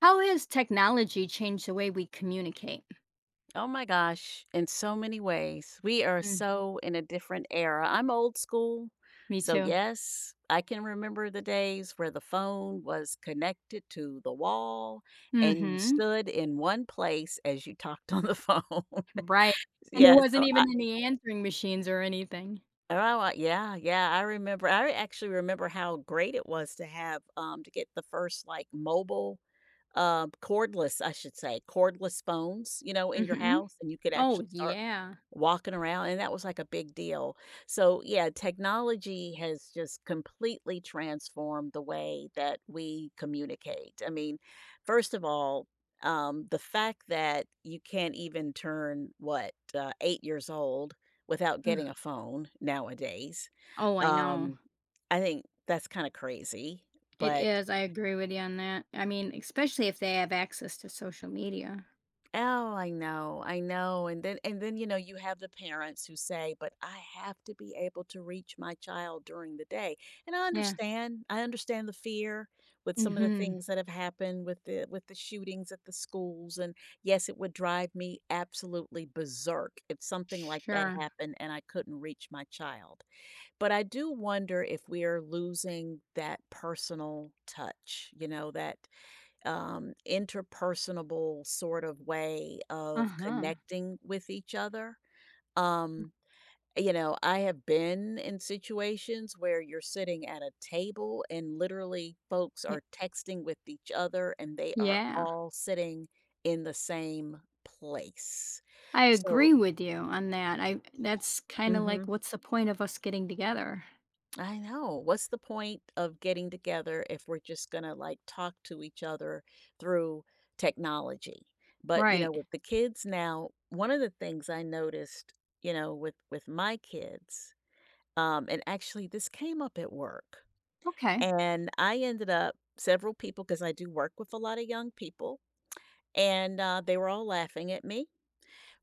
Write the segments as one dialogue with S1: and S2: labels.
S1: How has technology changed the way we communicate?
S2: Oh my gosh, in so many ways. We are
S1: Mm,
S2: so in a different era. I'm old school.
S1: me
S2: So,
S1: too.
S2: yes, I can remember the days where the phone was connected to the wall and you
S1: Mhm.
S2: stood in one place as you talked on the phone.
S1: Right. And there
S2: Yeah.
S1: wasn't even any answering machines or anything.
S2: Yeah, yeah, I remember. I actually remember how great it was to have, to get the first like mobile. Cordless, I should say, cordless phones, in your
S1: Mhm.
S2: house, and you could
S1: Oh,
S2: actually start
S1: yeah.
S2: walking around, and that was like a big deal. So, yeah, technology has just completely transformed the way that we communicate. I mean, first of all, the fact that you can't even turn what, 8 years old without
S1: Ugh.
S2: getting a phone nowadays,
S1: Oh, I know.
S2: um, I think that's kinda crazy,
S1: It
S2: but
S1: is. I agree with you on that. I mean, especially if they have access to social media.
S2: oh, I know, I know. And then, you have the parents who say, "But I have to be able to reach my child during the day." And I
S1: Yeah.
S2: understand. I understand the fear with some of the
S1: Mhm.
S2: things that have happened with the shootings at the schools. And yes, it would drive me absolutely berserk if something like that
S1: Sure.
S2: happened and I couldn't reach my child. But I do wonder if we are losing that personal touch, that interpersonable sort of way of
S1: Uh-huh.
S2: connecting with each other. Um, I have been in situations where you're sitting at a table and literally folks
S1: Yeah.
S2: are texting with each other and they are
S1: Yeah.
S2: all sitting in the same place.
S1: I
S2: So,
S1: agree with you on that. I that's kind of
S2: mhm.
S1: like what's the point of us getting together?
S2: I know. What's the point of getting together if we're just going to like talk to each other through technology? But,
S1: Right.
S2: with the kids now, one of the things I noticed, with my kids, and actually this came up at work.
S1: Okay.
S2: And I ended up several people because I do work with a lot of young people and they were all laughing at me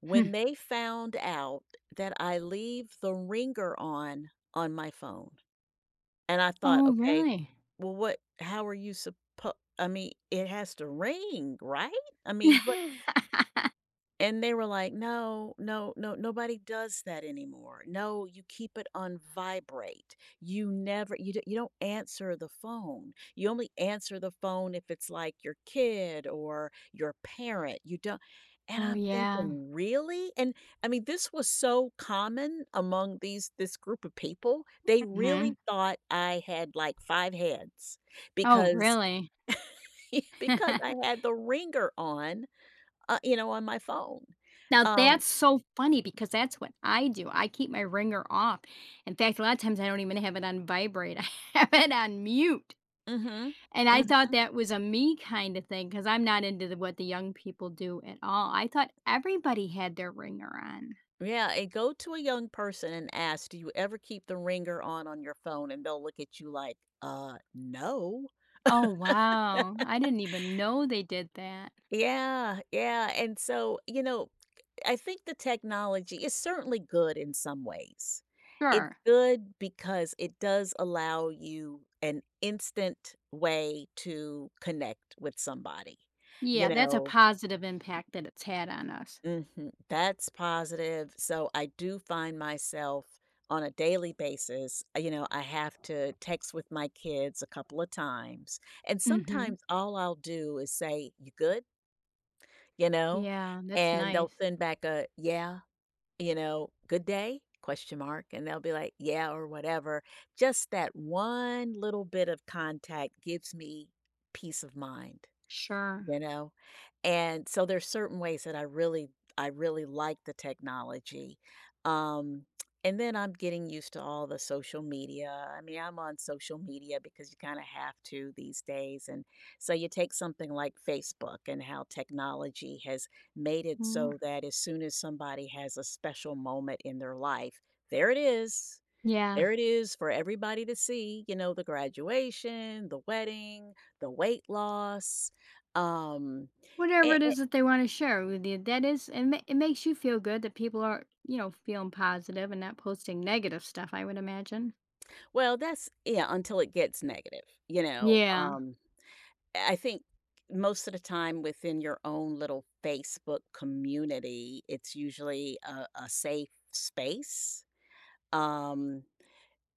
S2: when
S1: Hmm.
S2: they found out that I leave the ringer on my phone. And I thought,
S1: Oh,
S2: "Okay,
S1: really?
S2: well, what how are you supposed? I mean, it has to ring, right? I mean, and they were like, "No, no, no, nobody does that anymore. No, you keep it on vibrate. You never, you, you don't answer the phone. You only answer the phone if it's like your kid or your parent. You don't. And
S1: Oh,
S2: I'm
S1: yeah.
S2: thinking, really? And I mean, this was so common among these this group of people. They
S1: Mhm.
S2: really thought I had like five heads
S1: Oh,
S2: because
S1: really?
S2: because I had the ringer on, on my phone.
S1: Now
S2: Um,
S1: that's so funny because that's what I do. I keep my ringer off. In fact, a lot of times I don't even have it on vibrate. I have it on mute.
S2: Mhm.
S1: And I
S2: Mhm.
S1: thought that was a me kind of thing because 'cause I'm not into the what the young people do at all. I thought everybody had their ringer on.
S2: Yeah, and go to a young person and ask, "Do you ever keep the ringer on your phone?" And they'll look at you like, no."
S1: Oh, wow. I didn't even know they did that.
S2: Yeah, yeah, and so, I think the technology is certainly good in some ways. It's
S1: Sure.
S2: good because it does allow you an instant way to connect with somebody, you
S1: Yeah, that's a
S2: know?
S1: positive impact that it's had on us.
S2: Mhm. That's positive. So I do find myself on a daily basis, I have to text with my kids a couple of times. And
S1: Mhm.
S2: sometimes all I'll do is say, "You good?" you know,
S1: Yeah, that's
S2: and they'll
S1: nice.
S2: send back a, "Yeah," "Good day?" question mark, and they'll be like, "Yeah," or whatever. Just that one little bit of contact gives me peace of mind
S1: Sure.
S2: you know? And so there's certain ways that I really like the technology. Um and then I'm getting used to all the social media. I mean, I'm on social media because you kind of have to these days. And so you take something like Facebook and how technology has made it
S1: Mm,
S2: so that as soon as somebody has a special moment in their life, there it is.
S1: yeah.
S2: There it is for everybody to see, the graduation, the wedding, the weight loss, um,
S1: Whatever it
S2: a
S1: is that they want to share with you, that is, it makes you feel good that people are, feeling positive and not posting negative stuff, I would imagine.
S2: well, that's yeah, until it gets negative, you know,
S1: Yeah.
S2: um, I think most of the time within your own little Facebook community, it's usually a safe space, um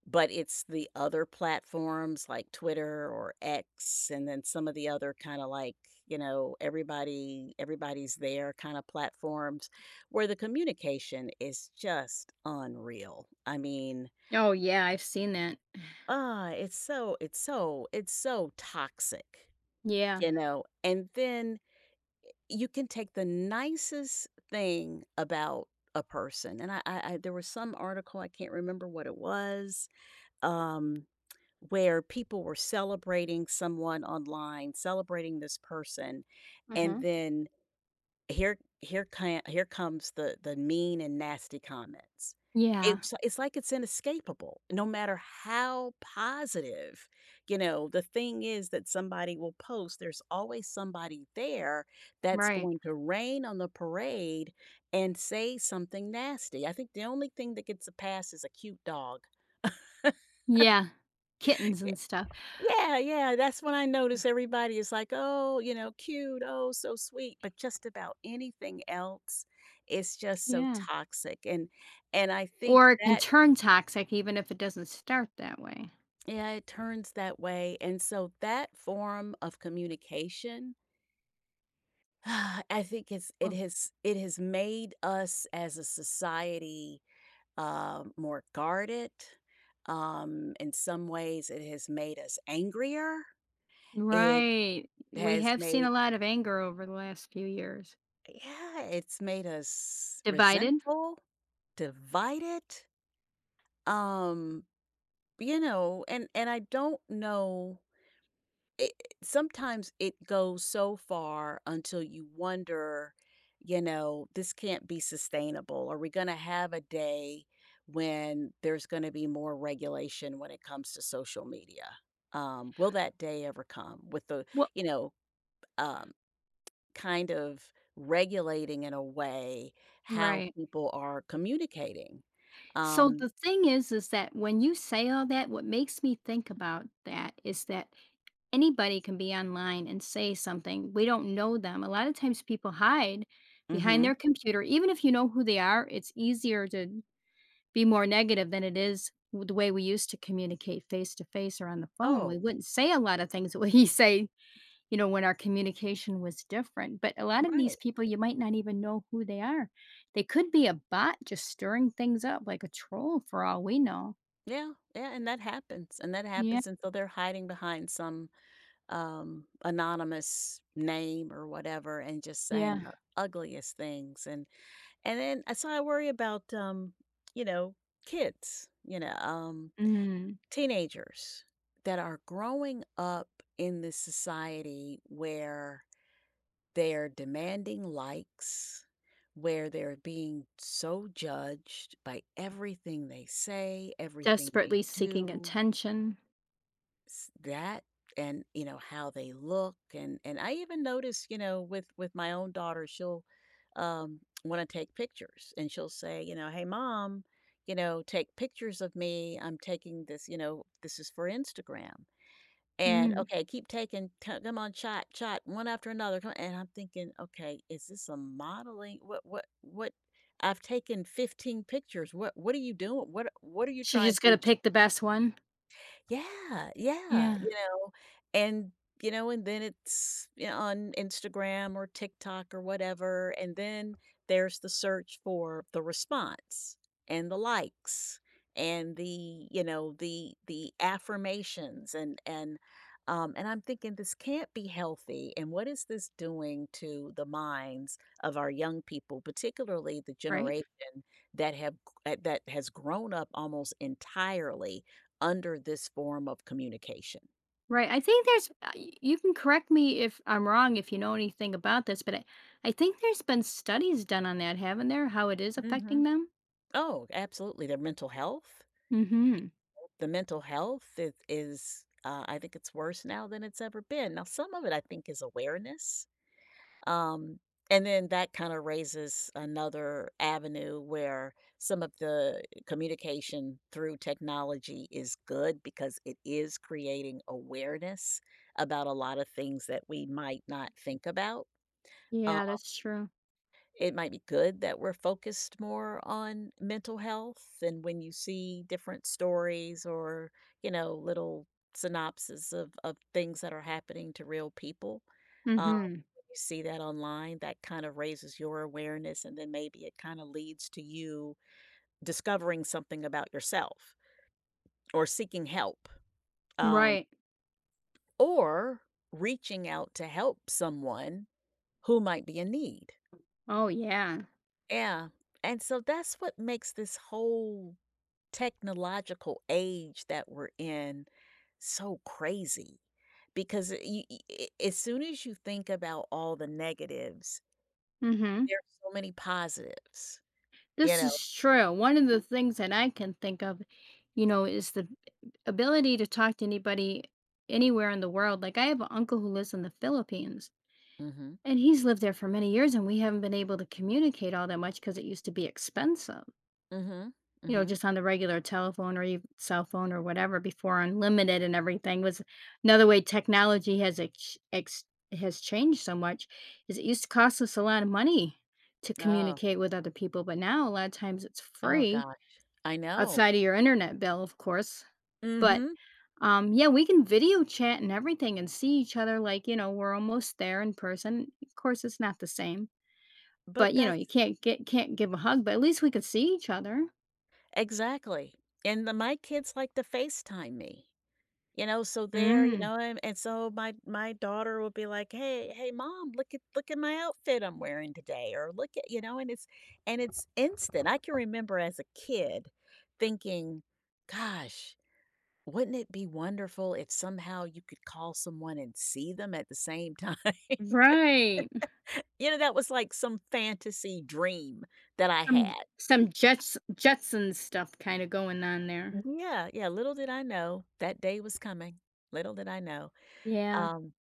S2: but it's the other platforms like Twitter or X and then some of the other kinda like, everybody's there kinda platforms where the communication is just unreal. I mean,
S1: Oh, yeah, I've seen that.
S2: it's so toxic,
S1: Yeah.
S2: you know? And then you can take the nicest thing about a person, and I there was some article, I can't remember what it was, um where people were celebrating someone online, celebrating this person, and
S1: Hmm.
S2: then here comes the mean and nasty comments.
S1: Yeah.
S2: It's like it's inescapable, no matter how positive, the thing is that somebody will post, there's always somebody there that's
S1: Right.
S2: going to rain on the parade and say something nasty. I think the only thing that gets a pass is a cute dog.
S1: Yeah. Kittens and stuff.
S2: Yeah, yeah, that's when I notice everybody is like, "Oh, you know, cute, oh, so sweet," but just about anything else, it's just so
S1: Yeah.
S2: toxic, and I think
S1: Or it can
S2: that
S1: turn toxic even if it doesn't start that way.
S2: yeah, it turns that way, and so that form of communication, I think
S1: Well,
S2: it has made us as a society, more guarded, in some ways, it has made us angrier, it
S1: right. We
S2: has
S1: have seen a
S2: made
S1: lot of anger over the last few years.
S2: yeah, it's made us
S1: Divided?
S2: resentful, divided, um, and I don't know it, sometimes it goes so far until you wonder, this can't be sustainable. Are we going to have a day when there's going to be more regulation when it comes to social media? Will that day ever come with the, you know, um, kind of regulating in a way how
S1: Right.
S2: people are communicating.
S1: So
S2: Um
S1: the thing is that when you say all that, what makes me think about that is that anybody can be online and say something. We don't know them. A lot of times people hide behind
S2: Mhm.
S1: their computer. Even if you know who they are, it's easier to be more negative than it is the way we used to communicate face to face or on the phone.
S2: Oh,
S1: We wouldn't say a lot of things that we say when our communication was different. But a lot of these
S2: right.
S1: people, you might not even know who they are. They could be a bot just stirring things up like a troll for all we know.
S2: Yeah, yeah, and that happens, and that
S1: Yeah.
S2: happens, and so they're hiding behind some, anonymous name or whatever and just saying
S1: Yeah.
S2: the ugliest things, and then so I worry about, you know, kids,
S1: Mm.
S2: teenagers that are growing up in this society where they're demanding likes, where they're being so judged by everything they say, everything they
S1: Desperately seeking
S2: do,
S1: attention.
S2: s- that and you know how they look and I even notice, with my own daughter, she'll want to take pictures and she'll say, "Hey mom, you know, take pictures of me. I'm taking this, you know, this is for Instagram." And,
S1: Mm.
S2: okay, keep taking c come on, shot, shot, one after another, come and I'm thinking, "Okay, is this a modeling? What I've taken 15 pictures. What are you doing? What are you
S1: She
S2: trying
S1: just got
S2: to
S1: to pick the best one.
S2: yeah, yeah,
S1: Yeah.
S2: and, and then it's, on Instagram or TikTok or whatever, and then there's the search for the response and the likes and the, the affirmations and and I'm thinking this can't be healthy. And what is this doing to the minds of our young people, particularly the
S1: Right?
S2: generation that have that has grown up almost entirely under this form of communication.
S1: Right. I think there's, you can correct me if I'm wrong, if you know anything about this, but I think there's been studies done on that, haven't there? How it is affecting
S2: Mhm.
S1: them?
S2: Oh, absolutely, their mental health.
S1: Mm hmm.
S2: The mental health is, I think it's worse now than it's ever been. Now some of it I think is awareness, um, and then that kinda raises another avenue where some of the communication through technology is good because it is creating awareness about a lot of things that we might not think about, um
S1: Yeah, that's true.
S2: it might be good that we're focused more on mental health and when you see different stories or you know little synopses of things that are happening to real people um,
S1: Mm
S2: you see that online that kind of raises your awareness and then maybe it kind of leads to you discovering something about yourself or seeking help,
S1: hmm.
S2: um,
S1: Right.
S2: or reaching out to help someone who might be in need.
S1: Oh, yeah.
S2: Yeah, and so that's what makes this whole technological age that we're in so crazy because as soon as you think about all the negatives,
S1: Mhm.
S2: there are so many positives, you
S1: This
S2: know?
S1: is true. One of the things that I can think of, you know, is the ability to talk to anybody anywhere in the world. Like, I have an uncle who lives in the Philippines,
S2: Mhm.
S1: and he's lived there for many years, and we haven't been able to communicate all that much because it used to be expensive.
S2: Mhm.
S1: You know,
S2: Mhm.
S1: just on the regular telephone or even cell phone or whatever before unlimited and everything was another way technology has has changed so much is it used to cost us a lot of money to
S2: Oh,
S1: communicate with other people, but now a lot of times it's
S2: oh
S1: free
S2: gosh. I know.
S1: outside of your internet bill, of course. But
S2: Mhm.
S1: yeah, we can video chat and everything and see each other like, you know, we're almost there in person. Of course, it's not the same, but
S2: But
S1: you know, you
S2: that's
S1: can't give a hug, but at least we could see each other.
S2: exactly. And the, my kids like to FaceTime me. You know, so there, you
S1: Mm,
S2: know, and so my daughter will be like, "Hey, hey, mom, look at my outfit I'm wearing today," or "Look at," you know, and it's instant. I can remember as a kid thinking, "Gosh, wouldn't it be wonderful if somehow you could call someone and see them at the same time?"
S1: right.
S2: You know, that was like some fantasy dream that I
S1: Some
S2: had.
S1: Jetsons stuff kinda going on there.
S2: Yeah, yeah, little did I know that day was coming. Little did I know.
S1: Yeah.
S2: Um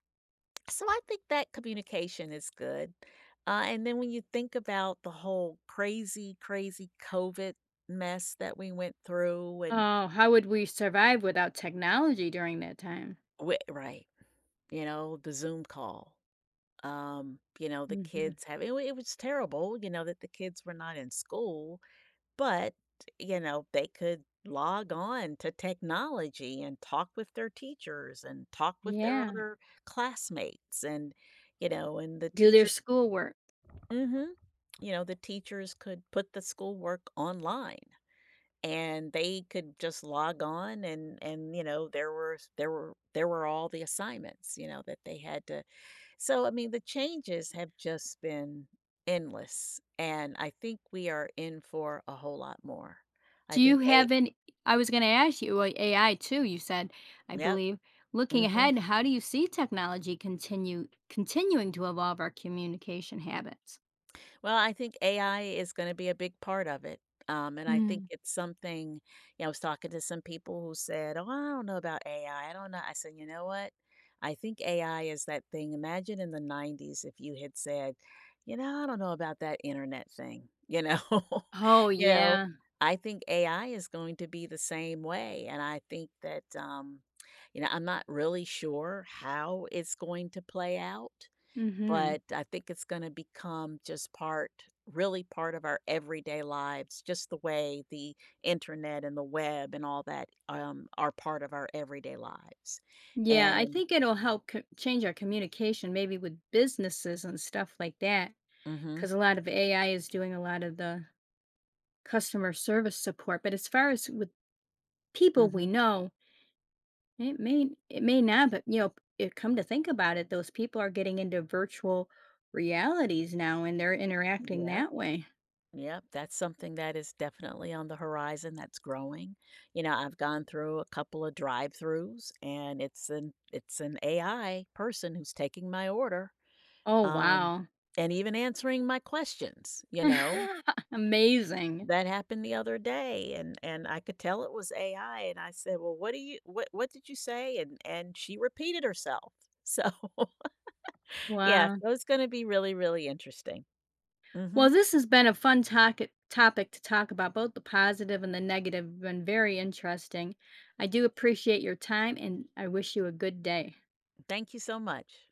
S2: So I think that communication is good. And then when you think about the whole crazy, crazy COVID mess that we went through, and
S1: Oh, how would we survive without technology during that time?
S2: right, the Zoom call, the
S1: Mhm.
S2: kids having it, it was terrible, that the kids were not in school, but, they could log on to technology and talk with their teachers and talk with their
S1: Yeah.
S2: other classmates and, and the
S1: Do their
S2: teachers.
S1: schoolwork.
S2: Mhm. You know, the teachers could put the schoolwork online and they could just log on and you know there were all the assignments you know that they had to so I mean the changes have just been endless and I think we are in for a whole lot more. I
S1: Do you
S2: think a
S1: have an I was gonna ask you, well, AI too, you said, I
S2: yep
S1: believe. Looking
S2: mhm
S1: ahead, how do you see technology continue continuing to evolve our communication habits?
S2: Well, I think AI is gonna be a big part of it, and I think
S1: Mm.
S2: it's something yeah, I was talking to some people who said, "Oh, I don't know about AI, I don't know." I said, "You know what? I think AI is that thing imagine in the '90s if you had said, 'You know, I don't know about that internet thing,' you know?
S1: Oh,
S2: You know,
S1: yeah.
S2: I think AI is going to be the same way, and I think that, I'm not really sure how it's going to play out but
S1: Mhm.
S2: I think it's going to become just part, really part of our everyday lives, just the way the internet and the web and all that are part of our everyday lives.
S1: Yeah, I
S2: And,
S1: think it'll help co change our communication maybe with businesses and stuff like that.
S2: mm-hmm,
S1: 'Cause a lot of AI is doing a lot of the customer service support, but as far as with people
S2: mm-hmm,
S1: we know, it may not, but, you know, it come to think about it, those people are getting into virtual realities now, and they're interacting
S2: yep.
S1: that way.
S2: Yep, that's something that is definitely on the horizon that's growing. You know, I've gone through a couple of drive-throughs and it's an AI person who's taking my order
S1: Oh,
S2: um
S1: wow.
S2: and even answering my questions, you know.
S1: Amazing.
S2: That happened the other day, and I could tell it was AI, and I said, "Well, what do you what did you say?" And she repeated herself. So, yeah,
S1: Wow.
S2: so it's gonna be really, really interesting.
S1: Well,
S2: Mhm.
S1: this has been a fun topic to talk about, both the positive and the negative, been very interesting. I do appreciate your time, and I wish you a good day.
S2: Thank you so much.